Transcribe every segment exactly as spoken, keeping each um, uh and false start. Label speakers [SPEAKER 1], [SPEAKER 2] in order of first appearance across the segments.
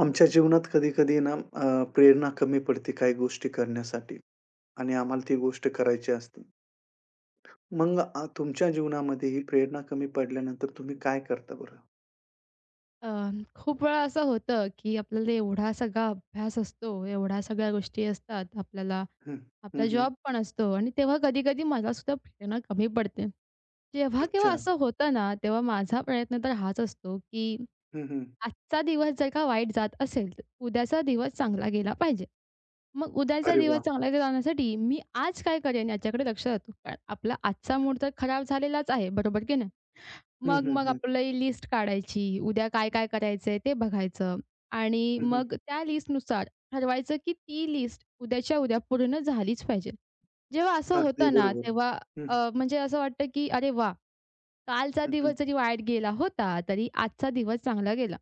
[SPEAKER 1] आमच्या जीवनात कधी-कधी ना अ, प्रेरणा कमी पडते काही गोष्टी करण्यासाठी आणि आम्हाला ती गोष्ट करायची असते. मग अ, तुमच्या जीवनामध्ये ही प्रेरणा कमी पडल्यानंतर तुम्ही काय करता बरं?
[SPEAKER 2] अ, खूप वेळा असं होतं, की आपल्याला एवढा सगळा अभ्यास असतो, एवढ्या सगळ्या गोष्टी असतात आपल्याला,
[SPEAKER 1] हं. हं,
[SPEAKER 2] आपला
[SPEAKER 1] हं.
[SPEAKER 2] जॉब पण असतो आणि तेव्हा कधी-कधी मला सुद्धा प्रेरणा कमी पडते. जेव्हा केव्हा
[SPEAKER 1] अच्छा.
[SPEAKER 2] असं होतं ना, तेव्हा माझा प्रयत्न तर हाच असतो, की
[SPEAKER 1] हं, हं.
[SPEAKER 2] आजचा दिवस जर का वाईट जात असेल, तर उद्याचा दिवस चांगला गेला पाहिजे. मग उद्याचा
[SPEAKER 1] अरे
[SPEAKER 2] दिवस
[SPEAKER 1] वाह!
[SPEAKER 2] चांगला जाण्यासाठी मी आज काय करेन याच्याकडे लक्ष जातो. कारण आपला आजचा मूड तर खराब झालेलाच आहे, बरोबर की नाही?
[SPEAKER 1] हं,
[SPEAKER 2] मग
[SPEAKER 1] हं,
[SPEAKER 2] मग
[SPEAKER 1] हं.
[SPEAKER 2] आपली लिस्ट काढायची. उद्या काय-काय करायचंय ते बघायचं आणि
[SPEAKER 1] हं, हं.
[SPEAKER 2] मग त्या लिस्टनुसार ठरवायचं, की ती लिस्ट उद्याच्या उद्या पूर्ण झालीच पाहिजे. जेव्हा असं
[SPEAKER 1] अगदी
[SPEAKER 2] होतं ना,
[SPEAKER 1] बरोबर.
[SPEAKER 2] तेव्हा
[SPEAKER 1] हं,
[SPEAKER 2] अ, म्हणजे असं वाटतं, की अरे वा, कालचा
[SPEAKER 1] हं, हं.
[SPEAKER 2] दिवस जरी वाईट गेला होता, तरी आजचा दिवस चांगला गेला.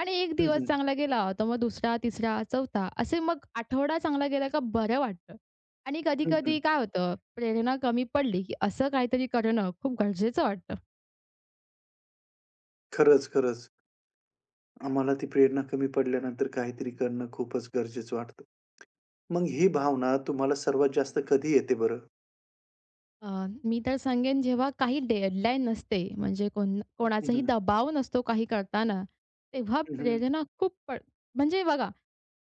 [SPEAKER 2] आणि एक
[SPEAKER 1] हं,
[SPEAKER 2] दिवस
[SPEAKER 1] हं.
[SPEAKER 2] चांगला गेला, तर मग दुसरा, तिसरा, चौथा असे मग आठवडा चांगला गेला का बरं वाटतं. आणि
[SPEAKER 1] हं, हं.
[SPEAKER 2] कधी-कधी काय होतं, प्रेरणा कमी पडली, की असं काहीतरी करणं खूप गरजेचं वाटतं.
[SPEAKER 1] खरंच, खरंच. आम्हाला ती प्रेरणा कमी पडल्यानंतर काहीतरी करणं खूपच गरजेचं वाटतं. मग ही भावना तुम्हाला सर्वात जास्त कधी येते बरं?
[SPEAKER 2] अ, मी तर सांगेन जेव्हा काही डेडलाईन नसते, म्हणजे कोण कोणाचाही दबाव नसतो काही करताना, तेव्हा
[SPEAKER 1] हं, हं.
[SPEAKER 2] प्रेरणा खूप प म्हणजे बघा,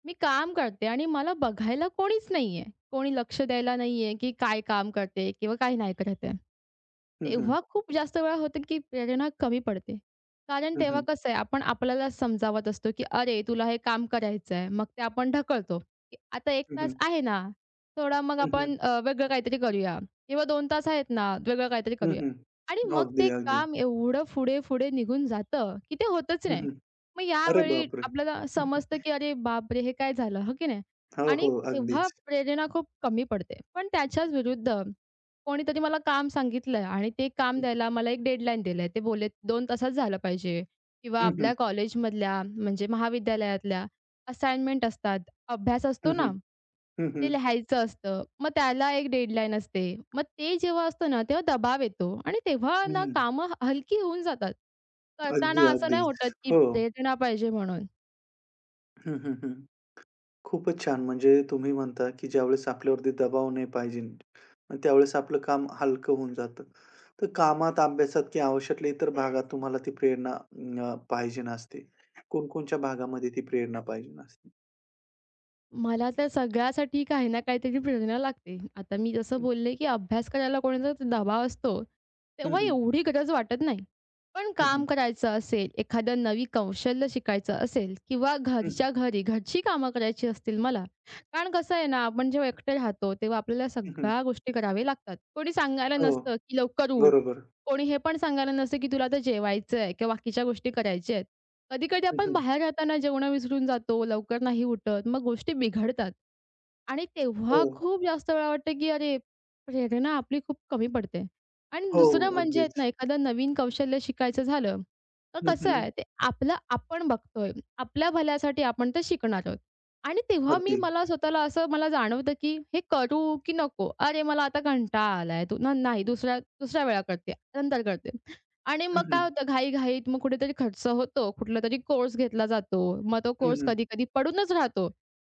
[SPEAKER 2] मी काम करते आणि मला बघायला कोणीच नाहीये. कोणी लक्ष द्यायला नाहीये, की काय काम करते किंवा काय नाही करत.
[SPEAKER 1] हं, हं.
[SPEAKER 2] तेव्हा खूप जास्त वेळा होतं, की प्रेरणा कमी पडते. कारण
[SPEAKER 1] हं,
[SPEAKER 2] तेव्हा
[SPEAKER 1] हं.
[SPEAKER 2] कसं आहे, आपण आपल्याला समजावत असतो, की "अरे, तुला हे काम करायचं आहे." मग ते आपण ढकलतो, की "आता एक
[SPEAKER 1] हं,
[SPEAKER 2] तास
[SPEAKER 1] हं.
[SPEAKER 2] आहे ना, थोडा मग
[SPEAKER 1] हं, हं.
[SPEAKER 2] आपण अ, वेगळं काहीतरी करूया किंवा दोन तास आहेत ना, वेगळं काहीतरी
[SPEAKER 1] हं,
[SPEAKER 2] करूया."
[SPEAKER 1] हं.
[SPEAKER 2] आणि मग
[SPEAKER 1] अगदी,
[SPEAKER 2] ते
[SPEAKER 1] अगदी.
[SPEAKER 2] काम एवढं पुढे-पुढे निघून जातं, की ते होतच
[SPEAKER 1] हं,
[SPEAKER 2] नाही.
[SPEAKER 1] हं.
[SPEAKER 2] मग
[SPEAKER 1] अरे
[SPEAKER 2] यावेळी
[SPEAKER 1] बापरे!
[SPEAKER 2] आपल्याला
[SPEAKER 1] हं,
[SPEAKER 2] समजतं,
[SPEAKER 1] हं.
[SPEAKER 2] की "अरे बापरे! हे काय झालं?" हो की नाही?
[SPEAKER 1] हो,
[SPEAKER 2] आणि
[SPEAKER 1] हो.
[SPEAKER 2] तेव्हा
[SPEAKER 1] अगदीच.
[SPEAKER 2] प्रेरणा खूप कमी पडते. पण त्याच्याच विरुद्ध कोणीतरी मला काम सांगितलंय आणि ते काम द्यायला मला एक डेडलाईन दिलंय. ते बोललेत दोन तासात झालं पाहिजे किंवा
[SPEAKER 1] हं, हं.
[SPEAKER 2] आपल्या कॉलेजमधल्या म्हणजे महाविद्यालयातल्या असाइनमेंट असतात, अभ्यास असतो
[SPEAKER 1] हं, हं.
[SPEAKER 2] ना,
[SPEAKER 1] हं,
[SPEAKER 2] ते
[SPEAKER 1] हं.
[SPEAKER 2] लिहायचं असतं. मग त्याला एक डेडलाईन असते. मग ते जेव्हा असतं ना, तेव्हा दबाव येतो आणि तेव्हा
[SPEAKER 1] हं, हं.
[SPEAKER 2] ना
[SPEAKER 1] हं.
[SPEAKER 2] कामं हलकी होऊन जातात. करताना
[SPEAKER 1] अगदी,
[SPEAKER 2] असं
[SPEAKER 1] अगदी.
[SPEAKER 2] नाही होत, की
[SPEAKER 1] हो.
[SPEAKER 2] प्रेरणा पाहिजे म्हणून.
[SPEAKER 1] हं, हं, हं. खूपच छान. म्हणजे तुम्ही म्हणता, की ज्यावेळेस आपल्यावरती दबाव नाही पाहिजे, मग त्यावेळेस आपलं काम हलकं होऊन जातं. तर कामात, अभ्यासात किंवा आयुष्यातल्या इतर भागात तुम्हाला ती प्रेरणा अ, पाहिजे असते. कोणकोणत्या भागामध्ये ती प्रेरणा पाहिजे असते?
[SPEAKER 2] मला तर सगळ्यासाठी काही ना काहीतरी प्रेरणा लागते. आता मी जसं बोलले, की अभ्यास करायला कोणाचा दबाव असतो,
[SPEAKER 1] हं,
[SPEAKER 2] तेव्हा
[SPEAKER 1] हं.
[SPEAKER 2] एवढी गरज वाटत नाही. पण
[SPEAKER 1] हं, हं.
[SPEAKER 2] काम करायचं असेल, एखादं नवी कौशल्य शिकायचं असेल किंवा
[SPEAKER 1] हं, हं.
[SPEAKER 2] घरच्या घरी घरची कामं करायची असतील मला. कारण कसं आहे ना, आपण जेव्हा एकटे राहतो, तेव्हा आपल्याला
[SPEAKER 1] हं. हं.
[SPEAKER 2] सगळ्या गोष्टी कराव्या लागतात. कोणी सांगायला
[SPEAKER 1] हो.
[SPEAKER 2] नसतं, की लवकर उठ.
[SPEAKER 1] बरोबर.
[SPEAKER 2] कोणी हे पण सांगायला नसतं, की तुला आता जेवायचं आहे किंवा बाकीच्या गोष्टी करायच्या आहेत. कधी-कधी
[SPEAKER 1] हं,
[SPEAKER 2] आपण
[SPEAKER 1] हं.
[SPEAKER 2] बाहेर राहताना जेवणं विसरून जातो, लवकर नाही उठत, मग गोष्टी बिघडतात. आणि
[SPEAKER 1] हो,
[SPEAKER 2] तेव्हा खूप जास्त वेळा वाटतं, की अरे, प्रेरणा आपली खूप कमी पडते. आणि
[SPEAKER 1] हो,
[SPEAKER 2] दुसरं म्हणजे आहेत ना,
[SPEAKER 1] अगदीच.
[SPEAKER 2] एखादं नवीन कौशल्य शिकायचं झालं, तर
[SPEAKER 1] हं,
[SPEAKER 2] कसं
[SPEAKER 1] हं.
[SPEAKER 2] आहे ते आपलं आपण बघतोय. आपल्या भल्यासाठी आपण ते शिकणार आहोत. आणि तेव्हा मी
[SPEAKER 1] अगदी.
[SPEAKER 2] मला स्वतःला असं मला जाणवतं, की हे करू की नको? अरे, मला आता कंटाळा आलाय. तू न नाही दुसऱ्या दुसऱ्या वेळा करते, नंतर करते. आणि
[SPEAKER 1] हं,
[SPEAKER 2] मग काय
[SPEAKER 1] हं.
[SPEAKER 2] होतं घाई-घाईत मग कुठेतरी खर्च होतो. कुठलातरी कोर्स घेतला जातो. मग तो
[SPEAKER 1] हं,
[SPEAKER 2] कोर्स
[SPEAKER 1] हं.
[SPEAKER 2] कधी-कधी पडूनच राहतो.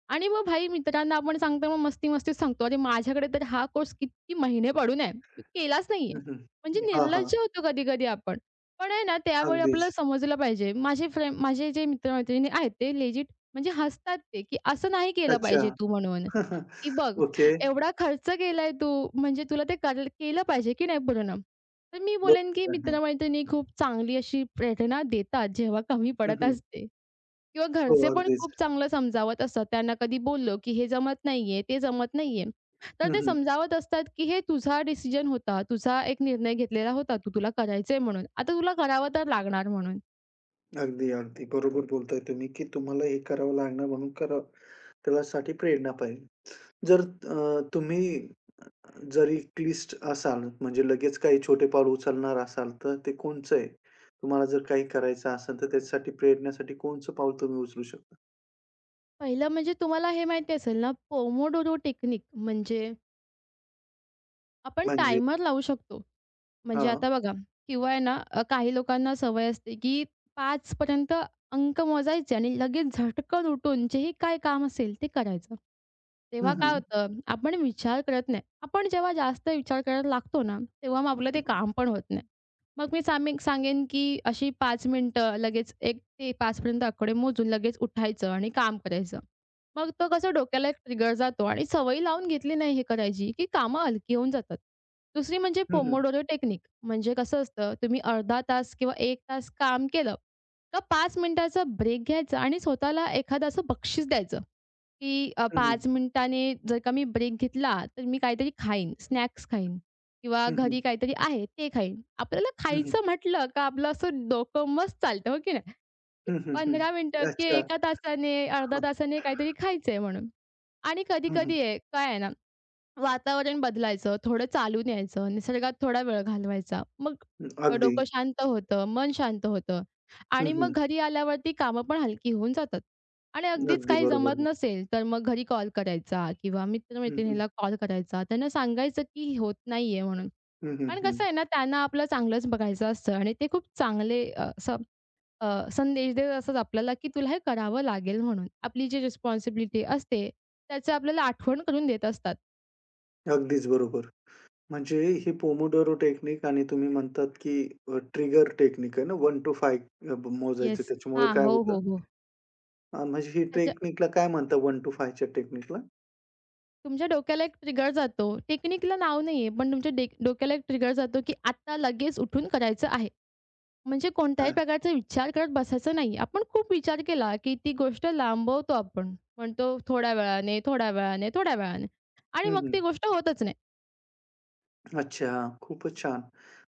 [SPEAKER 2] आणि मग भाई मित्रांना आपण सांगतो मग मस्ती-मस्तीत सांगतो, "अरे माझ्याकडे तर हा कोर्स किती महिने पडून आहे. मी केलाच नाहीये."
[SPEAKER 1] हं,
[SPEAKER 2] म्हणजे
[SPEAKER 1] हं. हां, हां.
[SPEAKER 2] निर्लज्ज होतो कधी-कधी आपण. पण आहे ना त्यावेळी
[SPEAKER 1] अगदीच.
[SPEAKER 2] आपल्याला समजलं पाहिजे. माझे फ्रेंड माझे जे मित्र आहेत ते लेजिट म्हणजे हसतात ते, की "असं नाही केलं
[SPEAKER 1] अच्छा.
[SPEAKER 2] पाहिजे तू" म्हणून, की "बघ
[SPEAKER 1] ओके.
[SPEAKER 2] एवढा खर्च केलाय तू म्हणजे तुला ते कर केलं पाहिजे की नाही पूर्ण?" तर मी बोलेन, की
[SPEAKER 1] बरोबर आहे.
[SPEAKER 2] मित्र खूप चांगली अशी प्रेरणा देतात, जेव्हा कमी
[SPEAKER 1] हं,
[SPEAKER 2] पडत
[SPEAKER 1] हं.
[SPEAKER 2] असते किंवा
[SPEAKER 1] हो,
[SPEAKER 2] घरचे पण खूप
[SPEAKER 1] अगदीच.
[SPEAKER 2] चांगलं समजावत असतात. त्यांना कधी बोललो, की "हे जमत नाहीये, ते जमत नाहीये." तर
[SPEAKER 1] हं,
[SPEAKER 2] ते
[SPEAKER 1] हं.
[SPEAKER 2] समजावत असतात, की "हे तुझा डिसिजन होता. तुझा एक निर्णय घेतलेला होता. तू तुला करायचंय म्हणून. आता तुला करावं तर लागणार म्हणून."
[SPEAKER 1] अगदी, अगदी. बरोबर बोलताय तुम्ही, की तुम्हाला हे करावं लागणार म्हणून करा त्यासाठी प्रेरणा पाहिजे. जर अ, तुम्ही जरी क्लिष्ट असाल, म्हणजे लगेच काही छोटे पाऊल उचलणार असाल, तर ते कोणचं आहे? तुम्हाला जर काही करायचं असेल, तर त्याच्यासाठी प्रेरणासाठी कोणचं पाऊल तुम्ही उचलू शकता?
[SPEAKER 2] पहिलं म्हणजे तुम्हाला हे माहिती असेल ना, पोमोडोरो टेक्निक म्हणजे आपण
[SPEAKER 1] म्हणजे
[SPEAKER 2] टायमर लावू शकतो. म्हणजे
[SPEAKER 1] हां.
[SPEAKER 2] आता बघा किंवा आहे ना अ, काही लोकांना सवय असते, की पाच पर्यंत अंक मोजायचे आणि लगेच झटकन उठून जेही काय काम असेल ते करायचं.
[SPEAKER 1] हं,
[SPEAKER 2] तेव्हा काय
[SPEAKER 1] हं.
[SPEAKER 2] होतं, आपण विचार करत नाही. आपण जेव्हा जास्त विचार करायला लागतो ना, तेव्हा मग आपलं
[SPEAKER 1] हं,
[SPEAKER 2] ते
[SPEAKER 1] हं.
[SPEAKER 2] काम पण होत नाही. मग मी सामी सांगेन, की अशी पाच मिनिटं लगेच एक ते पाच पर्यंत आकडे मोजून लगेच उठायचं आणि काम करायचं. मग तो कसं डोक्याला एक ट्रिगर जातो आणि सवय लावून घेतली नाही हे करायची, की कामं हलकी होऊन जातात. दुसरी म्हणजे
[SPEAKER 1] हं, हं.
[SPEAKER 2] पोमोडोरो टेक्निक म्हणजे कसं असतं, तुम्ही अर्धा तास किंवा एक तास काम केलं, का पाच मिनिटाचा ब्रेक घ्यायचा आणि स्वतःला एखादं असं बक्षीस द्यायचं. की अ,
[SPEAKER 1] हं, हं.
[SPEAKER 2] पाच मिनिटाने जर का मी ब्रेक घेतला, तर मी काहीतरी खाईन, स्नॅक्स खाईन किंवा
[SPEAKER 1] हं, हं.
[SPEAKER 2] घरी काहीतरी आहे ते खाईन. आपल्याला
[SPEAKER 1] हं, हं.
[SPEAKER 2] खायचं म्हटलं का आपलं असं डोकं मस्त चालतं, हो की नाही? की
[SPEAKER 1] हं, हं. हं.
[SPEAKER 2] पंधरा मिनिटं की
[SPEAKER 1] अच्छा.
[SPEAKER 2] एक तासाने, अर्ध्या
[SPEAKER 1] हं,
[SPEAKER 2] तासाने काहीतरी खायचंय म्हणून. आणि
[SPEAKER 1] हं, हं.
[SPEAKER 2] कधी-कधी आहे काय आहे ना वातावरण बदलायचं, थोडं चालून यायचं, निसर्गात थोडा वेळ घालवायचा. मग अ,
[SPEAKER 1] अगदी.
[SPEAKER 2] डोकं शांत होतं, मन शांत होतं
[SPEAKER 1] हं,
[SPEAKER 2] आणि मग
[SPEAKER 1] हं.
[SPEAKER 2] घरी आल्यावरती कामं पण हलकी होऊन जातात. आणि अगदीच
[SPEAKER 1] अगदी
[SPEAKER 2] काही
[SPEAKER 1] बरोबर.
[SPEAKER 2] जमत नसेल, तर मग घरी कॉल करायचा किंवा
[SPEAKER 1] हं, हं.
[SPEAKER 2] मित्र-मैत्रिणीला कॉल करायचा. त्यांना सांगायचं की होत नाहीये म्हणून.
[SPEAKER 1] हं, हं.
[SPEAKER 2] कारण
[SPEAKER 1] हं.
[SPEAKER 2] कसं आहे ना, त्यांना आपलं चांगलंच बघायचं असतं आणि ते खूप चांगले अ, असं अ, संदेश देत असतात आपल्याला की तुला हे करावं लागेल म्हणून. आपली जी रिस्पॉन्सिबिलिटी असते, त्याचं आपल्याला आठवण करून देत असतात.
[SPEAKER 1] अगदीच बरोबर. म्हणजे ही पोमोडोरो टेक्निक आणि तुम्ही म्हणतात, की अ, ट्रिगर टेक्निक आहे ना, one to five अ, मोजायचं.
[SPEAKER 2] येस.
[SPEAKER 1] त्याच्यामुळे
[SPEAKER 2] हां.
[SPEAKER 1] काय
[SPEAKER 2] हो,
[SPEAKER 1] होतं
[SPEAKER 2] हो, हो.
[SPEAKER 1] अ, म्हणजे ही
[SPEAKER 2] त्याच्या
[SPEAKER 1] टेक्निकला काय म्हणतात one to five टेक्निकला?
[SPEAKER 2] तुमच्या डोक्याला एक ट्रिगर जातो. टेक्निकला नाव नाहीये, पण तुमच्या डे डोक्याला एक ट्रिगर जातो, की आता लगेच उठून करायचं आहे. म्हणजे
[SPEAKER 1] अ,
[SPEAKER 2] कोणत्याही प्रकारचा विचार करत बसायचा नाही. आपण खूप विचार केला, की ती गोष्ट लांबवतो आपण. म्हणतो थोड्या वेळाने, थोड्या वेळाने, थोड्या वेळाने आणि
[SPEAKER 1] हं,
[SPEAKER 2] मग
[SPEAKER 1] हं.
[SPEAKER 2] ती गोष्ट होतच नाही.
[SPEAKER 1] अच्छा. खूपच छान.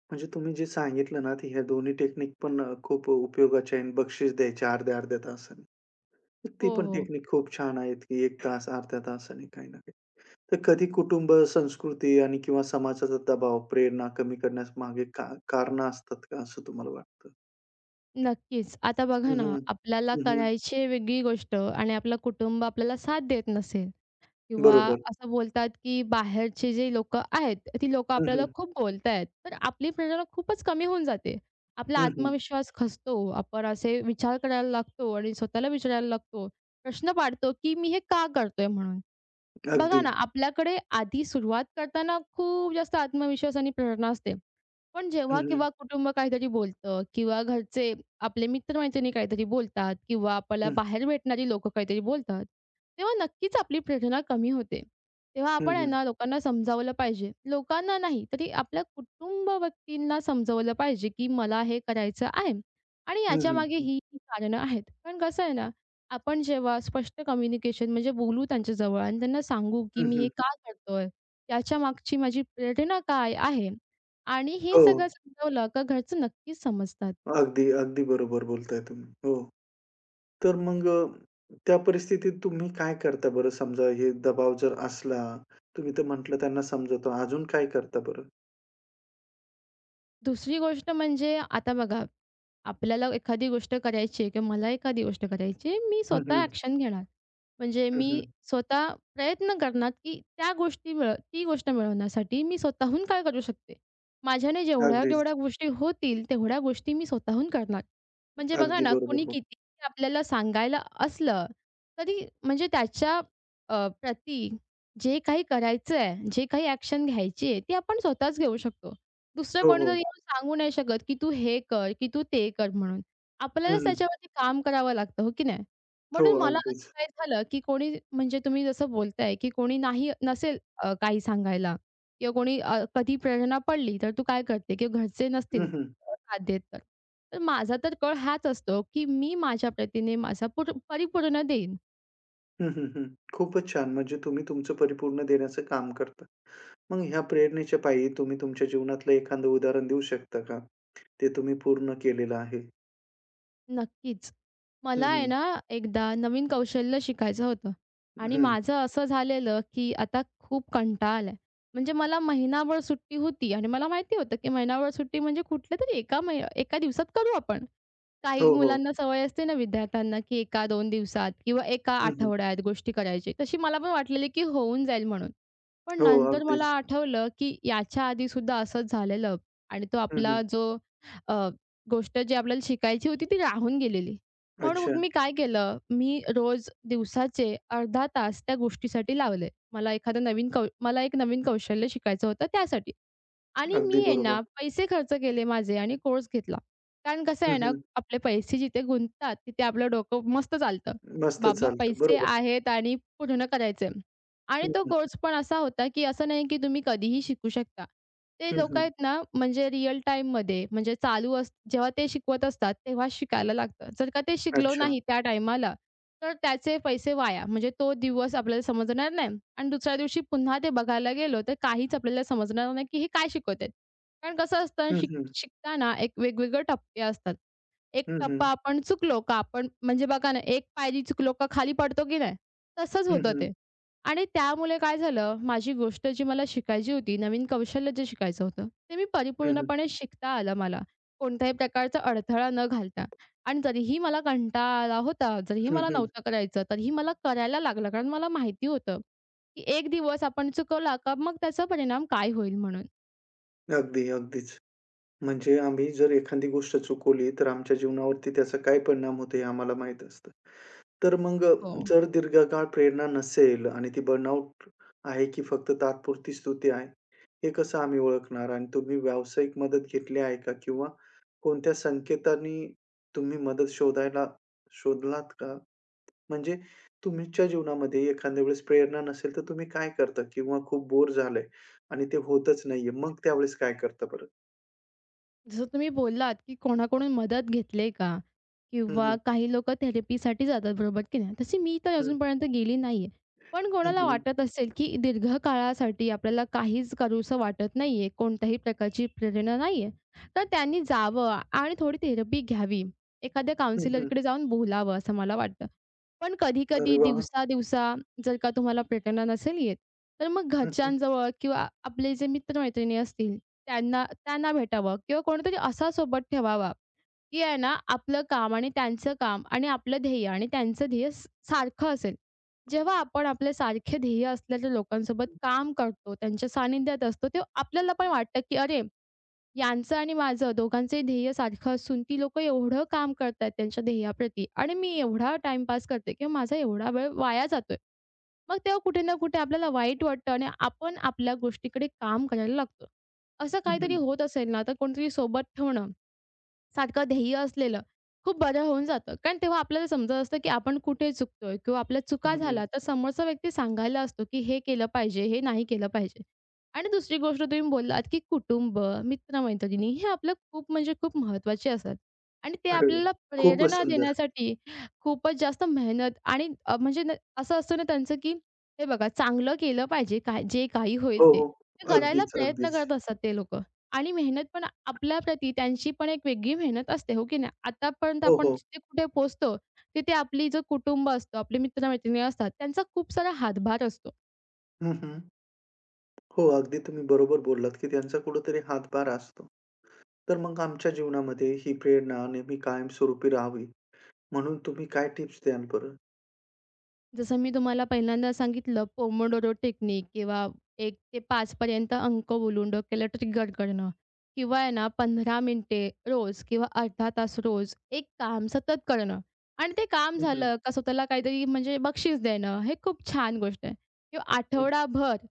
[SPEAKER 1] म्हणजे तुम्ही जे सांगितलं ना, ते ह्या दोन्ही टेक्निक पण अ, खूप उपयोगाच्या आहेत. बक्षीस द्यायचे अर्ध्या-अर्ध्या तासाने. तर ती
[SPEAKER 2] हो,
[SPEAKER 1] पण
[SPEAKER 2] हो.
[SPEAKER 1] टेक्निक खूप छान आहेत, की एक तास अर्ध्या तासाने काही ना काही. तर कधी कुटुंब, संस्कृती आणि किंवा समाजाचा दबाव, प्रेरणा कमी करण्यास मागे का कारणं असतात का असं तुम्हाला वाटतं?
[SPEAKER 2] नक्कीच. आता
[SPEAKER 1] हं,
[SPEAKER 2] बघा ना,
[SPEAKER 1] हं.
[SPEAKER 2] आपल्याला
[SPEAKER 1] हं,
[SPEAKER 2] करायची आहे वेगळी गोष्ट आणि आपलं कुटुंब आपल्याला साथ देत नसेल, किंवा
[SPEAKER 1] बरोबर.
[SPEAKER 2] असं बोलतात, की बाहेरचे जे लोकं आहेत, ती लोकं
[SPEAKER 1] हं,
[SPEAKER 2] आपल्याला
[SPEAKER 1] हं.
[SPEAKER 2] खूप बोलतायत. तर आपली प्रेरणा खूपच कमी होऊन जाते. आपला
[SPEAKER 1] हं, हं.
[SPEAKER 2] आत्मविश्वास खचतो. आपण असे विचार करायला लागतो आणि स्वतःला विचारायला लागतो. प्रश्न पाडतो, की मी हे का करतोय म्हणून. बघा
[SPEAKER 1] अगदी.
[SPEAKER 2] ना, आपल्याकडे आधी सुरुवात करताना खूप जास्त आत्मविश्वास आणि प्रेरणा असते. पण
[SPEAKER 1] हं,
[SPEAKER 2] जेव्हा
[SPEAKER 1] हं.
[SPEAKER 2] किंवा कुटुंब काहीतरी बोलतं किंवा घरचे आपले मित्रमैत्रिणी काहीतरी बोलतात किंवा आपल्याला बाहेर भेटणारी लोकं काहीतरी बोलतात, तेव्हा नक्कीच आपली प्रेरणा कमी होते. तेव्हा
[SPEAKER 1] हं,
[SPEAKER 2] आपण
[SPEAKER 1] हं,
[SPEAKER 2] आहे
[SPEAKER 1] हं.
[SPEAKER 2] ना लोकांना समजावलं पाहिजे. लोकांना नाही तरी आपल्या कुटुंब व्यक्तींना समजावलं पाहिजे, की मला हे करायचं आहे आणि
[SPEAKER 1] हं,
[SPEAKER 2] याच्यामागे
[SPEAKER 1] हं.
[SPEAKER 2] ही ही कारणं आहेत. कारण कसं आहे ना, आपण जेव्हा स्पष्ट कम्युनिकेशन म्हणजे बोलू त्यांच्याजवळ आणि त्यांना सांगू, की मी हे
[SPEAKER 1] हं,
[SPEAKER 2] का करतोय? याच्यामागची माझी प्रेरणा काय आहे? आणि हे
[SPEAKER 1] हो.
[SPEAKER 2] सगळं समजावलं का घरचं नक्कीच समजतात.
[SPEAKER 1] अगदी, अगदी बरोबर बोलताय तुम्ही. हो. तर मग अ, त्या परिस्थितीत तुम्ही काय करता बरं? समजा हे दबाव जर असला, तुम्ही तर म्हटलं त्यांना समजवता. अजून काय करता बरं?
[SPEAKER 2] दुसरी गोष्ट म्हणजे आता बघा, आपल्याला एखादी गोष्ट करायची आहे किंवा मला एखादी गोष्ट करायची आहे, मी
[SPEAKER 1] हं,
[SPEAKER 2] स्वतः
[SPEAKER 1] हं.
[SPEAKER 2] ॲक्शन घेणार. म्हणजे
[SPEAKER 1] हं,
[SPEAKER 2] मी
[SPEAKER 1] हं.
[SPEAKER 2] स्वतः प्रयत्न करणार, की त्या गोष्टी मिळ ती गोष्ट मिळवण्यासाठी मी स्वतःहून काय करू शकते. माझ्याने
[SPEAKER 1] अगदीच.
[SPEAKER 2] जेवढ्या-जेवढ्या गोष्टी होतील, तेवढ्या गोष्टी मी स्वतःहून करणार. म्हणजे बघा
[SPEAKER 1] अगदी
[SPEAKER 2] ना,
[SPEAKER 1] बरोबर
[SPEAKER 2] कोणी
[SPEAKER 1] बोल
[SPEAKER 2] कितीही आपल्याला सांगायला असलं, तरी म्हणजे त्याच्या अ, प्रती जे काही करायचं आहे, जे काही ॲक्शन घ्यायची आहे, ती आपण स्वतःच घेऊ शकतो. दुसरं
[SPEAKER 1] हो,
[SPEAKER 2] कोणीतरी
[SPEAKER 1] हो.
[SPEAKER 2] येऊन सांगू नाही शकत, की तू हे कर, की तू ते कर म्हणून.
[SPEAKER 1] हं,
[SPEAKER 2] आपल्यालाच
[SPEAKER 1] हं.
[SPEAKER 2] त्याच्यावरती काम करावं लागतं, हो की नाही?
[SPEAKER 1] हो,
[SPEAKER 2] म्हणून मला असं
[SPEAKER 1] अगदीच.
[SPEAKER 2] काय झालं, की कोणी म्हणजे तुम्ही जसं बोलताय, की कोणी नाही नसेल अ, काही सांगायला किंवा कोणी अ, कधी प्रेरणा पडली, तर तू काय करते किंवा घरचे
[SPEAKER 1] हं,
[SPEAKER 2] नसतील
[SPEAKER 1] हं.
[SPEAKER 2] अ, साथ देत तर. तर माझा तर कल हाच असतो, की मी माझ्या प्रतीने माझा पूर परिपूर्ण देईन.
[SPEAKER 1] हं, हं, हं. खूपच छान. म्हणजे तुम्ही तुमचं परिपूर्ण देण्याचं काम करता. मग ह्या प्रेरणेच्या पायी तुम्ही तुमच्या जीवनातलं एखादं उदाहरण देऊ शकता का? ते तुम्ही पूर्ण केलेलं आहे?
[SPEAKER 2] नक्कीच.
[SPEAKER 1] हं,
[SPEAKER 2] मला आहे
[SPEAKER 1] हं.
[SPEAKER 2] ना, एकदा नवीन कौशल्य शिकायचं होतं आणि
[SPEAKER 1] हं.
[SPEAKER 2] माझं असं झालेलं, की आता खूप कंटाळा आलाय. म्हणजे मला महिनाभर सुट्टी होती आणि मला माहिती होतं, की महिनाभर सुट्टी म्हणजे कुठल्यातरी एका महि एका दिवसात करू आपण. काही
[SPEAKER 1] हो, हो.
[SPEAKER 2] मुलांना सवय असते ना विद्यार्थ्यांना, की एक दोन दिवसात किंवा एक
[SPEAKER 1] हं, हं.
[SPEAKER 2] आठवड्यात गोष्टी करायची. तशी मला पण वाटलेली, की होऊन जाईल म्हणून. पण
[SPEAKER 1] हो,
[SPEAKER 2] नंतर मला
[SPEAKER 1] अगदीच.
[SPEAKER 2] आठवलं, की याच्या आधी सुद्धा असंच झालेलं आणि तो
[SPEAKER 1] हं, हं.
[SPEAKER 2] आपला जो गोष्ट जी आपल्याला शिकायची होती ती राहून गेलेली. म्हणून
[SPEAKER 1] अच्छा.
[SPEAKER 2] मग मी काय केलं, मी रोज दिवसाचे अर्धा तास त्या गोष्टीसाठी लावले. मला एखादं नवीन कौ मला एक नवीन कौशल्य शिकायचं होतं त्यासाठी. आणि
[SPEAKER 1] अगदी
[SPEAKER 2] मी आहे
[SPEAKER 1] बरोबर.
[SPEAKER 2] ना, पैसे खर्च केले माझे आणि कोर्स घेतला. कारण कसं
[SPEAKER 1] हं,
[SPEAKER 2] आहे ना,
[SPEAKER 1] हं.
[SPEAKER 2] आपले पैसे जिथे गुंततात, तिथे आपलं डोकं मस्त चालतं.
[SPEAKER 1] मस्त
[SPEAKER 2] बाबा
[SPEAKER 1] चालतं.
[SPEAKER 2] पैसे
[SPEAKER 1] बरोबर.
[SPEAKER 2] आहेत आणि पूर्ण करायचे आणि
[SPEAKER 1] हं,
[SPEAKER 2] तो
[SPEAKER 1] हं.
[SPEAKER 2] कोर्स पण असा होता, की असं नाही की तुम्ही कधीही शिकू शकता. ते
[SPEAKER 1] हं,
[SPEAKER 2] लोकं
[SPEAKER 1] हं.
[SPEAKER 2] आहेत ना, म्हणजे रिअल टाईममध्ये म्हणजे चालू अस जेव्हा ते शिकवत असतात, तेव्हा शिकायला लागतं. जर का ते शिकलो
[SPEAKER 1] अच्छा.
[SPEAKER 2] नाही त्या टाईमाला, तर त्याचे पैसे वाया. म्हणजे तो दिवस आपल्याला समजणार नाही आणि दुसऱ्या दिवशी पुन्हा ते बघायला गेलो, तर काहीच आपल्याला समजणार नाही, की हे काय शिकवतायत. कारण कसं असतं
[SPEAKER 1] हं,
[SPEAKER 2] शिक
[SPEAKER 1] हं.
[SPEAKER 2] शिकताना एक वेगवेगळे टप्पे असतात. एक
[SPEAKER 1] हं, हं.
[SPEAKER 2] टप्पा आपण चुकलो का आपण म्हणजे बघा ना, एक पायरी चुकलो का खाली पडतो की नाही? तसंच
[SPEAKER 1] हं,
[SPEAKER 2] होतं
[SPEAKER 1] हं.
[SPEAKER 2] ते. आणि त्यामुळे काय झालं, माझी गोष्ट जी मला शिकायची होती, नवीन कौशल्य जे शिकायचं होतं, ते मी
[SPEAKER 1] हं, हं.
[SPEAKER 2] परिपूर्णपणे शिकता आलं मला. कोणत्याही प्रकारचा अडथळा न घालता. आणि तरीही मला कंटाळा आला होता. जरीही
[SPEAKER 1] हं,
[SPEAKER 2] मला
[SPEAKER 1] हं.
[SPEAKER 2] नव्हतं करायचं, तरीही मला करायला लागलं. कारण मला माहिती होतं, की एक दिवस आपण चुकवला का मग त्याचा परिणाम काय होईल म्हणून.
[SPEAKER 1] अगदी, अगदीच. म्हणजे आम्ही जर एखादी गोष्ट चुकवली, तर आमच्या जीवनावरती त्याचा काय परिणाम होतो हे आम्हाला माहीत असतं. तर मग अ,
[SPEAKER 2] हो.
[SPEAKER 1] जर दीर्घकाळ प्रेरणा नसेल आणि ती बर्नआउट आहे की फक्त तात्पुरती स्तुती आहे, हे कसं आम्ही ओळखणार? आणि तुम्ही व्यावसायिक मदत घेतली आहे का? किंवा कोणत्या संकेतांनी तुम्ही मदत शोधायला शोधलात का? म्हणजे तुमच्या जीवनामध्ये एखाद्या वेळेस प्रेरणा नसेल, तर तुम्ही काय करता? किंवा खूप बोर झालंय आणि ते होतच नाहीये. मग त्यावेळेस काय करता बरं?
[SPEAKER 2] जसं तुम्ही बोललात, की कोणाकडून मदत घेतली का?
[SPEAKER 1] हं,
[SPEAKER 2] किंवा
[SPEAKER 1] हं.
[SPEAKER 2] काही लोकं थेरपीसाठी जातात, बरोबर की नाही? तशी मी तर
[SPEAKER 1] हं.
[SPEAKER 2] अजूनपर्यंत गेली नाहीये. पण
[SPEAKER 1] हं,
[SPEAKER 2] कोणाला
[SPEAKER 1] हं.
[SPEAKER 2] वाटत असेल, की दीर्घकाळासाठी आपल्याला काहीच करूसं वाटत नाहीये, कोणत्याही प्रकारची प्रेरणा नाहीये, तर त्यांनी जावं आणि थोडी थेरपी घ्यावी. एखाद्या
[SPEAKER 1] हं, हं.
[SPEAKER 2] काउन्सिलरकडे जाऊन बोलावं असं मला वाटतं. पण
[SPEAKER 1] अरे
[SPEAKER 2] कधी-कधी
[SPEAKER 1] वाह!
[SPEAKER 2] दिवसा-दिवसा जर का तुम्हाला प्रेरणा नसेल येत, तर मग
[SPEAKER 1] हं, हं.
[SPEAKER 2] घरच्यांजवळ किंवा आपले जे मित्र असतील त्यांना त्यांना भेटावं किंवा कोणीतरी असा सोबत ठेवावा, की आहे ना आपलं काम आणि त्यांचं काम आणि आपलं ध्येय आणि त्यांचं ध्येय स सारखं असेल. जेव्हा आपण आपले सारखे ध्येय असलेल्या लोकांसोबत काम करतो, त्यांच्या सानिध्यात असतो, तेव्हा आपल्याला पण वाटतं, की अरे, यांचं आणि माझं दोघांचंही ध्येय सारखं असून ती लोकं एवढं काम करतायत त्यांच्या ध्येयाप्रती आणि मी एवढा टाईमपास करते किंवा माझा एवढा वेळ वाया जातोय. मग तेव्हा कुठे ना कुठे आपल्याला वाईट वाटतं आणि आपण आपल्या गोष्टीकडे काम करायला लागतो. असं
[SPEAKER 1] हं,
[SPEAKER 2] काहीतरी
[SPEAKER 1] हं.
[SPEAKER 2] होत असेल ना, तर कोणीतरी सोबत ठेवणं सारखं ध्येय असलेलं, खूप बरं होऊन जातं. कारण तेव्हा आपल्याला समजत असतं, की आपण कुठे चुकतोय किंवा आपल्या
[SPEAKER 1] हं,
[SPEAKER 2] चुका
[SPEAKER 1] हं.
[SPEAKER 2] झाल्या, तर समोरचा व्यक्ती सांगायला असतो, की हे केलं पाहिजे, हे नाही केलं पाहिजे. आणि दुसरी गोष्ट तुम्ही बोललात, की कुटुंब, मित्र हे आपलं खूप म्हणजे खूप महत्त्वाचे असतात. आणि ते
[SPEAKER 1] अरे वाह!
[SPEAKER 2] आपल्याला
[SPEAKER 1] खूपच
[SPEAKER 2] प्रेरणा
[SPEAKER 1] सुंदर.
[SPEAKER 2] देण्यासाठी खूपच जास्त मेहनत आणि अ, म्हणजे न असं असतं ना त्यांचं, की हे बघा चांगलं केलं पाहिजे, काय जे काही
[SPEAKER 1] हो,
[SPEAKER 2] होईल ते.
[SPEAKER 1] हो.
[SPEAKER 2] ते करायला
[SPEAKER 1] अगदीच,
[SPEAKER 2] प्रयत्न
[SPEAKER 1] अगदीच.
[SPEAKER 2] करत असतात ते लोकं. आणि मेहनत पण आपल्याप्रती त्यांची पण एक वेगळी मेहनत असते, हो की नाही? आतापर्यंत
[SPEAKER 1] हो,
[SPEAKER 2] आपण
[SPEAKER 1] हो.
[SPEAKER 2] जिथे कुठे पोहोचतो, तिथे आपली जो कुटुंब असतो, आपले मित्र-मैत्रिणी असतात, त्यांचा खूप सारा हातभार असतो.
[SPEAKER 1] हं, हं. हो, अगदी तुम्ही बरोबर बोललात, की त्यांचा कुठेतरी हातभार असतो. तर मग आमच्या जीवनामध्ये ही प्रेरणा नेहमी कायमस्वरूपी राहावी म्हणून तुम्ही काय टिप्स द्याल बरं?
[SPEAKER 2] जसं मी तुम्हाला पहिल्यांदा सांगितलं पोमोडोरो टेक्निक किंवा एक ते पाच पर्यंत अंक बोलून डोक्याला ट्रिगर करणं किंवा आहे ना पंधरा मिनिटे रोज किंवा अर्धा तास रोज एक काम सतत करणं आणि ते काम
[SPEAKER 1] हं, हं.
[SPEAKER 2] झालं का स्वतःला काहीतरी म्हणजे बक्षीस देणं हे खूप छान गोष्ट आहे. किंवा आठवडाभर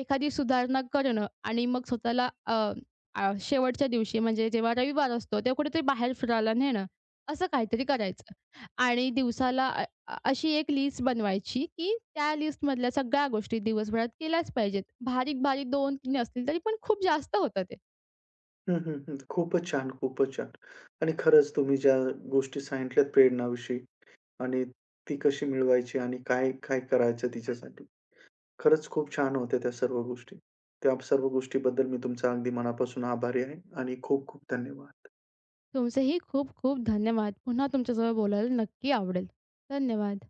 [SPEAKER 2] एखादी सुधारणा करणं आणि मग स्वतःला अ, अ, शेवटच्या दिवशी म्हणजे जेव्हा रविवार असतो तेव्हा कुठेतरी बाहेर फिरायला नेणं, असं काहीतरी करायचं. आणि दिवसाला अ, अशी एक लिस्ट बनवायची, की त्या लिस्टमधल्या सगळ्या गोष्टी दिवसभरात केल्याच पाहिजेत. बारीक-बारीक दोन तीन असतील तरी पण खूप जास्त होतं ते.
[SPEAKER 1] हं, हं, हं. खूपच छान, खूपच छान. आणि खरंच तुम्ही ज्या गोष्टी सांगितल्यात प्रेरणाविषयी आणि ती कशी मिळवायची आणि काय, काय करायचं तिच्यासाठी. खरंच खूप छान होत्या त्या सर्व गोष्टी. त्या सर्व गोष्टीबद्दल मी तुमचा अगदी मनापासून आभारी आहे आणि खूप खूप धन्यवाद.
[SPEAKER 2] तुमचेही खूप खूप धन्यवाद. पुन्हा तुमच्यासोबत बोलायला नक्की आवडेल. धन्यवाद.